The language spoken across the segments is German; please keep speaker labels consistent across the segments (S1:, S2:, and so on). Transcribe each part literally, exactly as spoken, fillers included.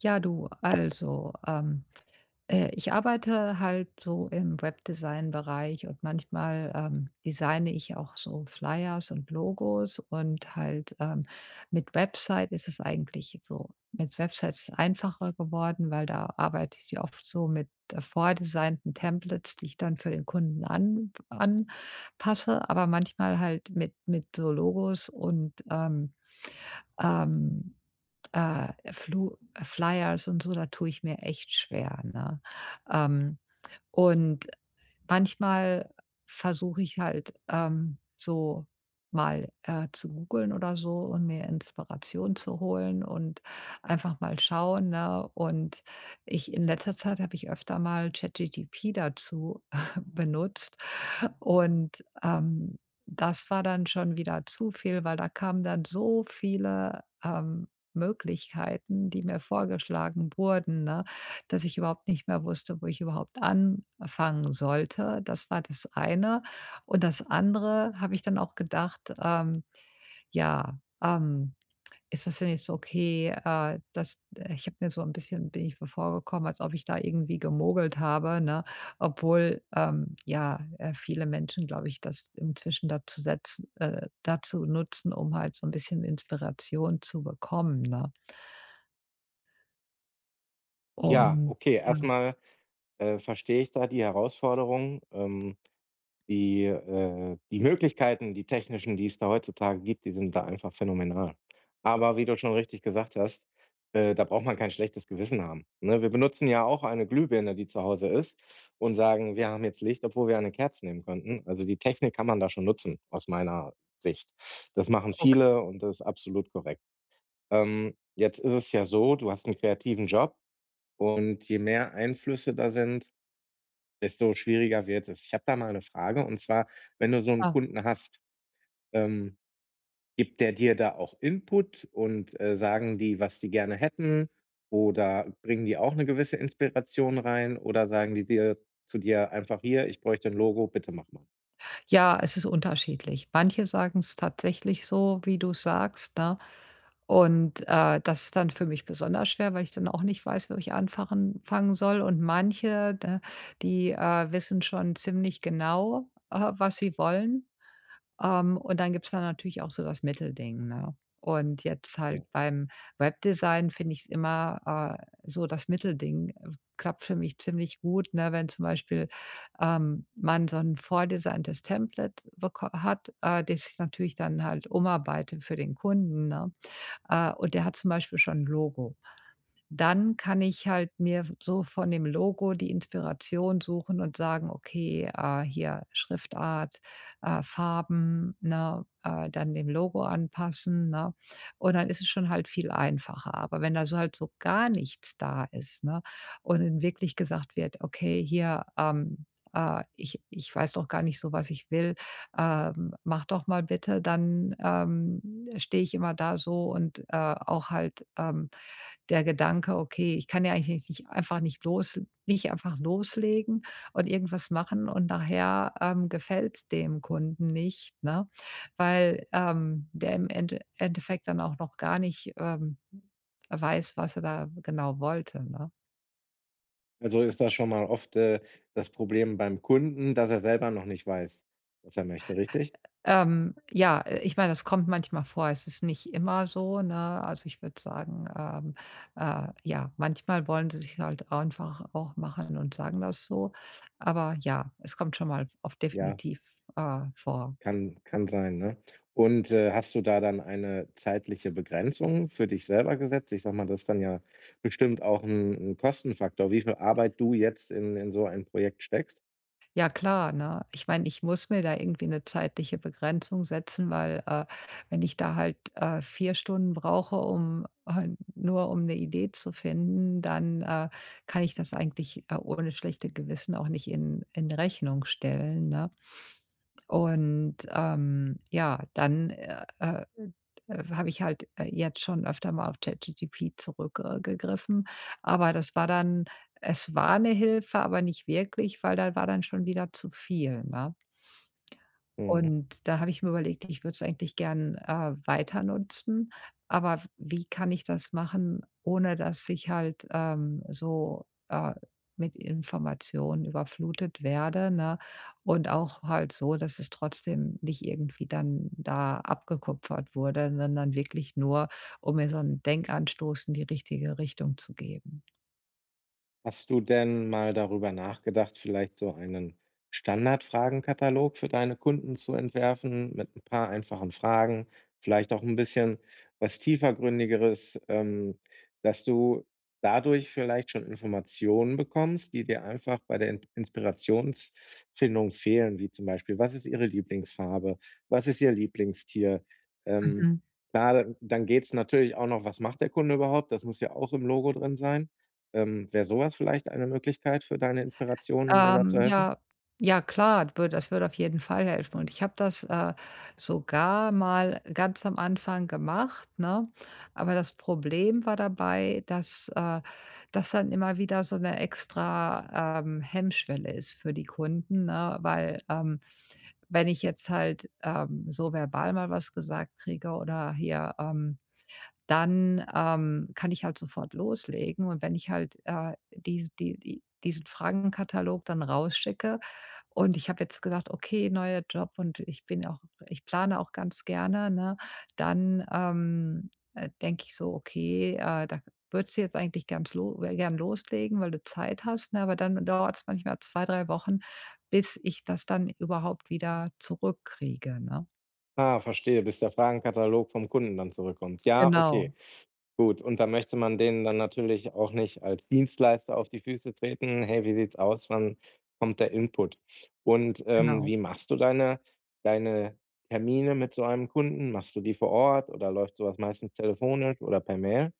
S1: Ja, du, also, ähm, äh, ich arbeite halt so im Webdesign-Bereich und manchmal, ähm, designe ich auch so Flyers und Logos und halt, ähm, mit Website ist es eigentlich so mit Websites einfacher geworden, weil da arbeite ich oft so mit, äh, vordesignten Templates, die ich dann für den Kunden an anpasse, aber manchmal halt mit mit so Logos und, ähm, ähm äh, Flu äh, Flyers und so, da tue ich mir echt schwer, ne? Ähm, und manchmal versuche ich halt, ähm, so mal, äh, zu googeln oder so und mir Inspiration zu holen und einfach mal schauen, ne? Und ich in letzter Zeit habe ich öfter mal ChatGTP dazu benutzt und, ähm, das war dann schon wieder zu viel, weil da kamen dann so viele, ähm Möglichkeiten, die mir vorgeschlagen wurden, ne, dass ich überhaupt nicht mehr wusste, wo ich überhaupt anfangen sollte. Das war das eine. Und das andere habe ich dann auch gedacht, ähm, ja, ähm, ist das denn jetzt okay, äh, dass ich habe mir so ein bisschen bin ich mir vorgekommen, als ob ich da irgendwie gemogelt habe, ne, obwohl, ähm, ja, äh, viele Menschen, glaube ich, das inzwischen dazu setz äh, dazu nutzen, um halt so ein bisschen Inspiration zu bekommen, ne?
S2: Ja,
S1: Ähm,
S2: okay,
S1: ja,
S2: erstmal äh, verstehe ich da die Herausforderung. Ähm, die, äh die Möglichkeiten, die technischen, die es da heutzutage gibt, die sind da einfach phänomenal. Aber wie du schon richtig gesagt hast, äh, da braucht man kein schlechtes Gewissen haben, ne? Wir benutzen ja auch eine Glühbirne, die zu Hause ist und sagen: „Wir haben jetzt Licht“, obwohl wir eine Kerze nehmen könnten. Also, die Technik kann man da schon nutzen, aus meiner Sicht. Das machen
S1: okay,
S2: viele und das ist absolut korrekt. Ähm, jetzt ist es ja so, du hast einen kreativen Job und je mehr Einflüsse da sind, desto schwieriger wird es. Ich habe da mal eine Frage, und zwar: Wenn du so einen
S1: klar.
S2: Kunden hast, ähm, gibt der dir da auch Input und, äh, sagen die, was die gerne hätten, oder bringen die auch eine gewisse Inspiration rein, oder sagen die dir zu dir einfach: „Hier, ich bräuchte ein Logo, bitte mach mal.“
S1: Ja, es ist unterschiedlich. Manche sagen es tatsächlich so, wie du sagst, ne? Und, äh, das ist dann für mich besonders schwer, weil ich dann auch nicht weiß, wo ich anfangen fangen soll. Und manche, da die, äh, wissen schon ziemlich genau, äh, was sie wollen. Ähm, und dann gibt's da natürlich auch so das Mittelding, ne? Und jetzt halt
S2: Ja.
S1: beim Webdesign finde ich's immer, äh, so das Mittelding, äh, klappt für mich ziemlich gut, ne? Wenn zum Beispiel, ähm, man so ein vordesigntes Template beko hat, äh, das ich natürlich dann halt umarbeite für den Kunden, ne? Äh, und der hat zum Beispiel schon 'n Logo, dann kann ich halt mir so von dem Logo die Inspiration suchen und sagen: „Okay, äh, hier Schriftart, äh, Farben“, ne, äh, dann dem Logo anpassen, ne? Und dann ist es schon halt viel einfacher. Aber wenn da so halt so gar nichts da ist, ne, und dann wirklich gesagt wird: „Okay, hier, ähm, äh, ich ich weiß doch gar nicht so, was ich will, ähm, mach doch mal bitte“, dann, ähm, stehe ich immer da so und, äh, auch halt, ähm, der Gedanke: „Okay, ich kann ja eigentlich nicht einfach nicht los nicht einfach loslegen und irgendwas machen und nachher, ähm, gefällt's dem Kunden nicht“, ne? Weil, ähm, der im Ende Endeffekt dann auch noch gar nicht, ähm, weiß, was er da genau wollte, ne?
S2: Also, ist das schon mal oft, äh, das Problem beim Kunden, dass er selber noch nicht weiß, was er möchte, richtig?
S1: Ähm, ja, äh, ich meine, das kommt manchmal vor. Es ist nicht immer so, ne? Also, ich würde sagen, ähm, äh, ja, manchmal wollen sie sich halt einfach auch machen und sagen das so. Aber ja, es kommt schon mal oft
S2: Ja.
S1: definitiv, äh, vor.
S2: Kann kann sein, ne? Und, äh, hast du da dann eine zeitliche Begrenzung für dich selber gesetzt? Ich sag mal, das ist dann ja bestimmt auch ein 'n Kostenfaktor, wie viel Arbeit du jetzt in in so ein Projekt steckst.
S1: Ja klar, ne? Ich meine, ich muss mir da irgendwie eine zeitliche Begrenzung setzen, weil, äh, wenn ich da halt, äh, 4 Stunden brauche, um äh, nur um eine Idee zu finden, dann, äh, kann ich das eigentlich, äh, ohne schlechte Gewissen auch nicht in in Rechnung stellen, ne? Und, ähm, ja, dann, äh, äh, äh, habe ich halt, äh, jetzt schon öfter mal auf ChatGPT zurückgegriffen, aber das war dann es war 'ne Hilfe, aber nicht wirklich, weil da war dann schon wieder zu viel, ne?
S2: Mhm.
S1: Und da habe ich mir überlegt, ich würde es eigentlich gern, äh, weiter nutzen, aber w wie kann ich das machen, ohne dass ich halt, ähm, so, äh, mit Informationen überflutet werde, ne? Und auch halt so, dass es trotzdem nicht irgendwie dann da abgekupfert wurde, sondern wirklich nur, um mir so 'n Denkanstoß in die richtige Richtung zu geben.
S2: Hast du denn mal darüber nachgedacht, vielleicht so einen Standardfragenkatalog für deine Kunden zu entwerfen mit ein paar einfachen Fragen, vielleicht auch ein bisschen was Tiefergründigeres, ähm, dass du dadurch vielleicht schon Informationen bekommst, die dir einfach bei der In Inspirationsfindung fehlen, wie zum Beispiel: „Was ist Ihre Lieblingsfarbe? Was ist Ihr Lieblingstier?“ Ähm,
S1: Mhm.
S2: klar, dann geht's natürlich auch noch: „Was macht der Kunde überhaupt?“ Das muss ja auch im Logo drin sein. Ähm, wäre sowas vielleicht eine Möglichkeit für deine Inspiration, um dir da zu
S1: Ähm,
S2: helfen?
S1: ja, ja klar, würde das würde auf jeden Fall helfen. Und ich habe das, äh, sogar mal ganz am Anfang gemacht, ne? Aber das Problem war dabei, dass, äh, das dann immer wieder so eine extra, ähm, Hemmschwelle ist für die Kunden, ne? Weil, ähm, wenn ich jetzt halt, ähm, so verbal mal was gesagt kriege oder hier, ähm dann, ähm, kann ich halt sofort loslegen. Und wenn ich halt, äh, die die die diesen Fragenkatalog dann rausschicke und ich habe jetzt gesagt: „Okay, neuer Job und ich bin auch ich plane auch ganz gerne“, ne? Dann, ähm, äh, denke ich so: „Okay, äh, da würdest du jetzt eigentlich ganz lo äh, gern loslegen, weil du Zeit hast“, ne? Aber dann dauert's manchmal zwei drei Wochen, bis ich das dann überhaupt wieder zurückkriege, ne?
S2: Ah, verstehe, bis der Fragenkatalog vom Kunden dann zurückkommt. Ja, okay.
S1: Genau,
S2: Gut, und da möchte man denen dann natürlich auch nicht als Dienstleister auf die Füße treten. Hey, wie sieht's aus? Wann kommt der Input? Und, ähm,
S1: genau.
S2: wie machst du deine deine Termine mit so einem Kunden? Machst du die vor Ort, oder läuft sowas meistens telefonisch oder per Mail?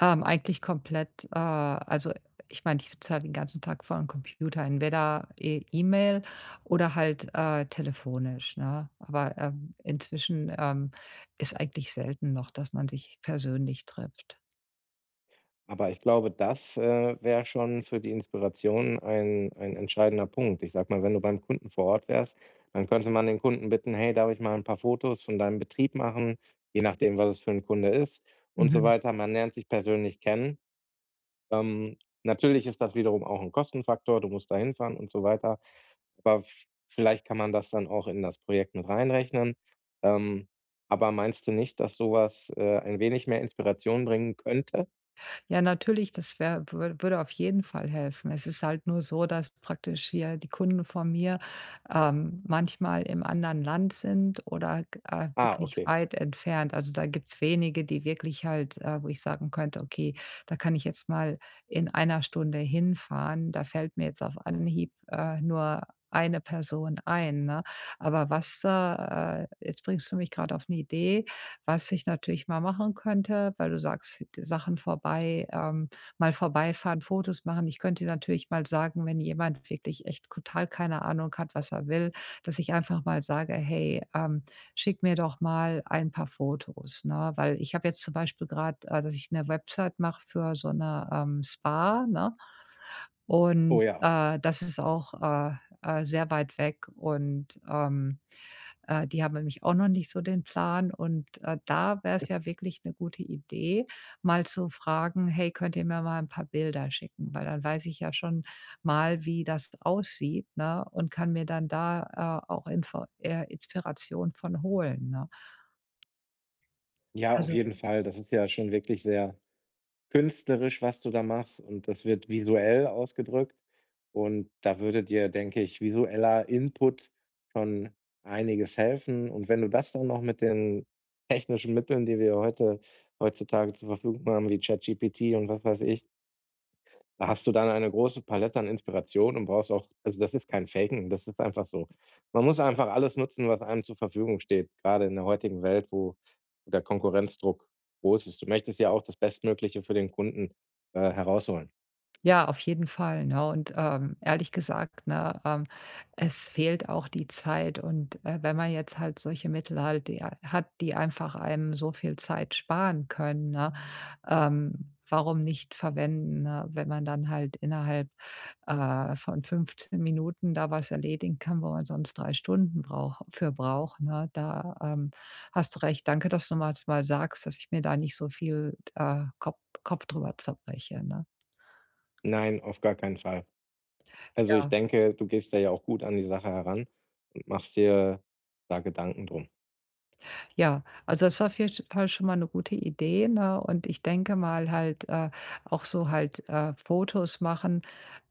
S1: Ähm, eigentlich komplett, äh also, ich meine, ich sitze halt den ganzen Tag vor vorm Computer, entweder E E-Mail oder halt, äh, telefonisch, ne? Aber, ähm, inzwischen, ähm, ist eigentlich selten noch, dass man sich persönlich trifft.
S2: Aber ich glaube, das, äh, wäre schon für die Inspiration ein ein entscheidender Punkt. Ich sag mal, wenn du beim Kunden vor Ort wärst, dann könnte man den Kunden bitten: „Hey, darf ich mal ein paar Fotos von deinem Betrieb machen?“ Je nachdem, was es für ein Kunde ist und so
S1: Mhm.
S2: weiter. Man lernt sich persönlich kennen. Ähm, natürlich ist das wiederum auch ein Kostenfaktor, du musst da hinfahren und so weiter. Aber v vielleicht kann man das dann auch in das Projekt mit reinrechnen. Ähm, aber meinst du nicht, dass sowas äh, ein wenig mehr Inspiration bringen könnte?
S1: Ja, natürlich, das wäre wür würde auf jeden Fall helfen. Es ist halt nur so, dass praktisch hier die Kunden von mir, ähm, manchmal im anderen Land sind oder g äh,
S2: Ah,
S1: wirklich
S2: okay.
S1: weit entfernt. Also, da gibt's wenige, die wirklich halt äh, wo ich sagen könnte: „Okay, da kann ich jetzt mal in einer Stunde hinfahren.“ Da fällt mir jetzt auf Anhieb, äh, nur eine Person ein, ne? Aber was, äh äh, Jetzt bringst du mich gerade auf eine Idee. Was ich natürlich mal machen könnte, weil du sagst, d Sachen vorbei ähm, mal vorbeifahren, Fotos machen. Ich könnte natürlich mal sagen, wenn jemand wirklich echt total keine Ahnung hat, was er will, dass ich einfach mal sage: „Hey, ähm, schick mir doch mal ein paar Fotos“, ne? Weil ich habe jetzt zum Beispiel gerade, äh dass ich eine Website mache für so eine ähm, Spa, ne? Und,
S2: Oh ja.
S1: äh, das ist auch, äh, äh, sehr weit weg und, ähm, äh, die haben nämlich auch noch nicht so den Plan und, äh, da wäre es ja wirklich eine gute Idee, mal zu fragen: „Hey, könnt ihr mir mal ein paar Bilder schicken?“ Weil dann weiß ich ja schon mal, wie das aussieht, ne, und kann mir dann da, äh, auch Info äh, Inspiration von holen, ne?
S2: Ja, auf
S1: Also,
S2: jeden Fall. Das ist ja schon wirklich sehr künstlerisch, was du da machst, und das wird visuell ausgedrückt, und da würde dir, denke ich, visueller Input schon einiges helfen, und wenn du das dann noch mit den technischen Mitteln, die wir heute heutzutage zur Verfügung haben, wie tschät G P T und was weiß ich. Da hast du dann eine große Palette an Inspiration und brauchst auch, also, das ist kein Faken, das ist einfach so. Man muss einfach alles nutzen, was einem zur Verfügung steht, grade in der heutigen Welt, wo der Konkurrenzdruck groß ist. Du möchtest ja auch das Bestmögliche für den Kunden, äh, herausholen.
S1: ja, auf jeden Fall, ne? Und, ähm, ehrlich gesagt, ne, ähm, es fehlt auch die Zeit und, äh, wenn man jetzt halt solche Mittel halt die hat, die einfach einem so viel Zeit sparen können, ne, ähm, warum nicht verwenden, ne? Wenn man dann halt innerhalb, äh, von fünfzehn Minuten da was erledigen kann, wo man sonst drei Stunden braucht für braucht, ne? Da, ähm, hast du recht. Danke, dass du mal mal sagst, dass ich mir da nicht so viel, äh, Kopf Kopf drüber zerbreche, ne?
S2: Nein, auf gar keinen Fall. Also, ich
S1: Ja.
S2: denke, du gehst da ja auch gut an die Sache heran und machst dir da Gedanken drum.
S1: Ja, also das war auf jeden Fall schon mal eine gute Idee, ne? Und ich denke mal halt, äh, auch so halt, äh, Fotos machen,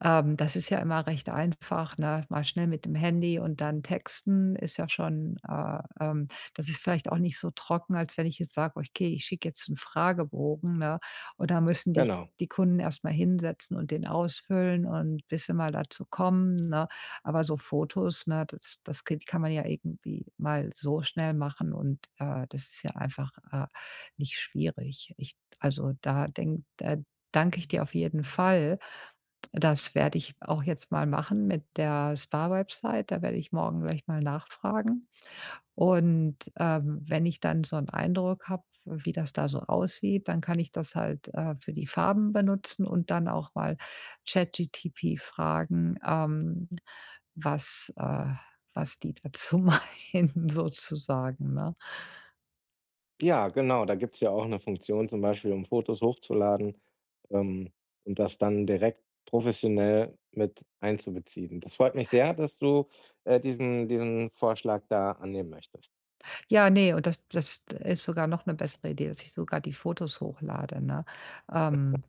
S1: ähm, das ist ja immer recht einfach, ne? Mal schnell mit dem Handy und dann texten ist ja schon, äh, ähm das ist vielleicht auch nicht so trocken, als wenn ich jetzt sage: „Okay, ich schicke jetzt einen Fragebogen“, ne? Und da müssen die
S2: Genau.
S1: die Kunden erst mal hinsetzen und den ausfüllen und bis sie mal dazu kommen, ne? Aber so Fotos, ne, das das geht kann man ja irgendwie mal so schnell machen und, äh, das ist ja einfach, äh, nicht schwierig. Ich also, da denke da Danke ich dir auf jeden Fall. Das werde ich auch jetzt mal machen mit der Spa-Website. Da werde ich morgen gleich mal nachfragen. Und, ähm, wenn ich dann so einen Eindruck habe, wie das da so aussieht, dann kann ich das halt, äh, für die Farben benutzen und dann auch mal ChatGTP fragen, ähm, was äh, was die dazu meinen sozusagen, ne?
S2: Ja, genau, da gibt's ja auch eine Funktion zum Beispiel, um Fotos hochzuladen, ähm, und das dann direkt professionell mit einzubeziehen. Das freut mich sehr, dass du, äh, diesen diesen Vorschlag da annehmen möchtest.
S1: Ja, nee, und das das ist sogar noch eine bessere Idee, dass ich sogar die Fotos hochlade, ne? Ähm,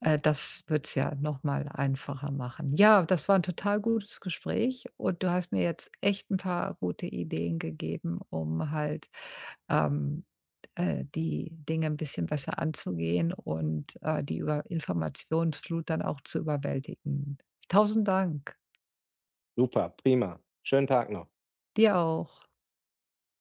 S1: äh, Das wird's ja noch mal einfacher machen. Ja, das war ein total gutes Gespräch und du hast mir jetzt echt ein paar gute Ideen gegeben, um halt, ähm, äh, die Dinge ein bisschen besser anzugehen und, äh, die über Informationsflut dann auch zu überwältigen. Tausend Dank.
S2: Super, prima. Schönen Tag noch.
S1: Dir auch.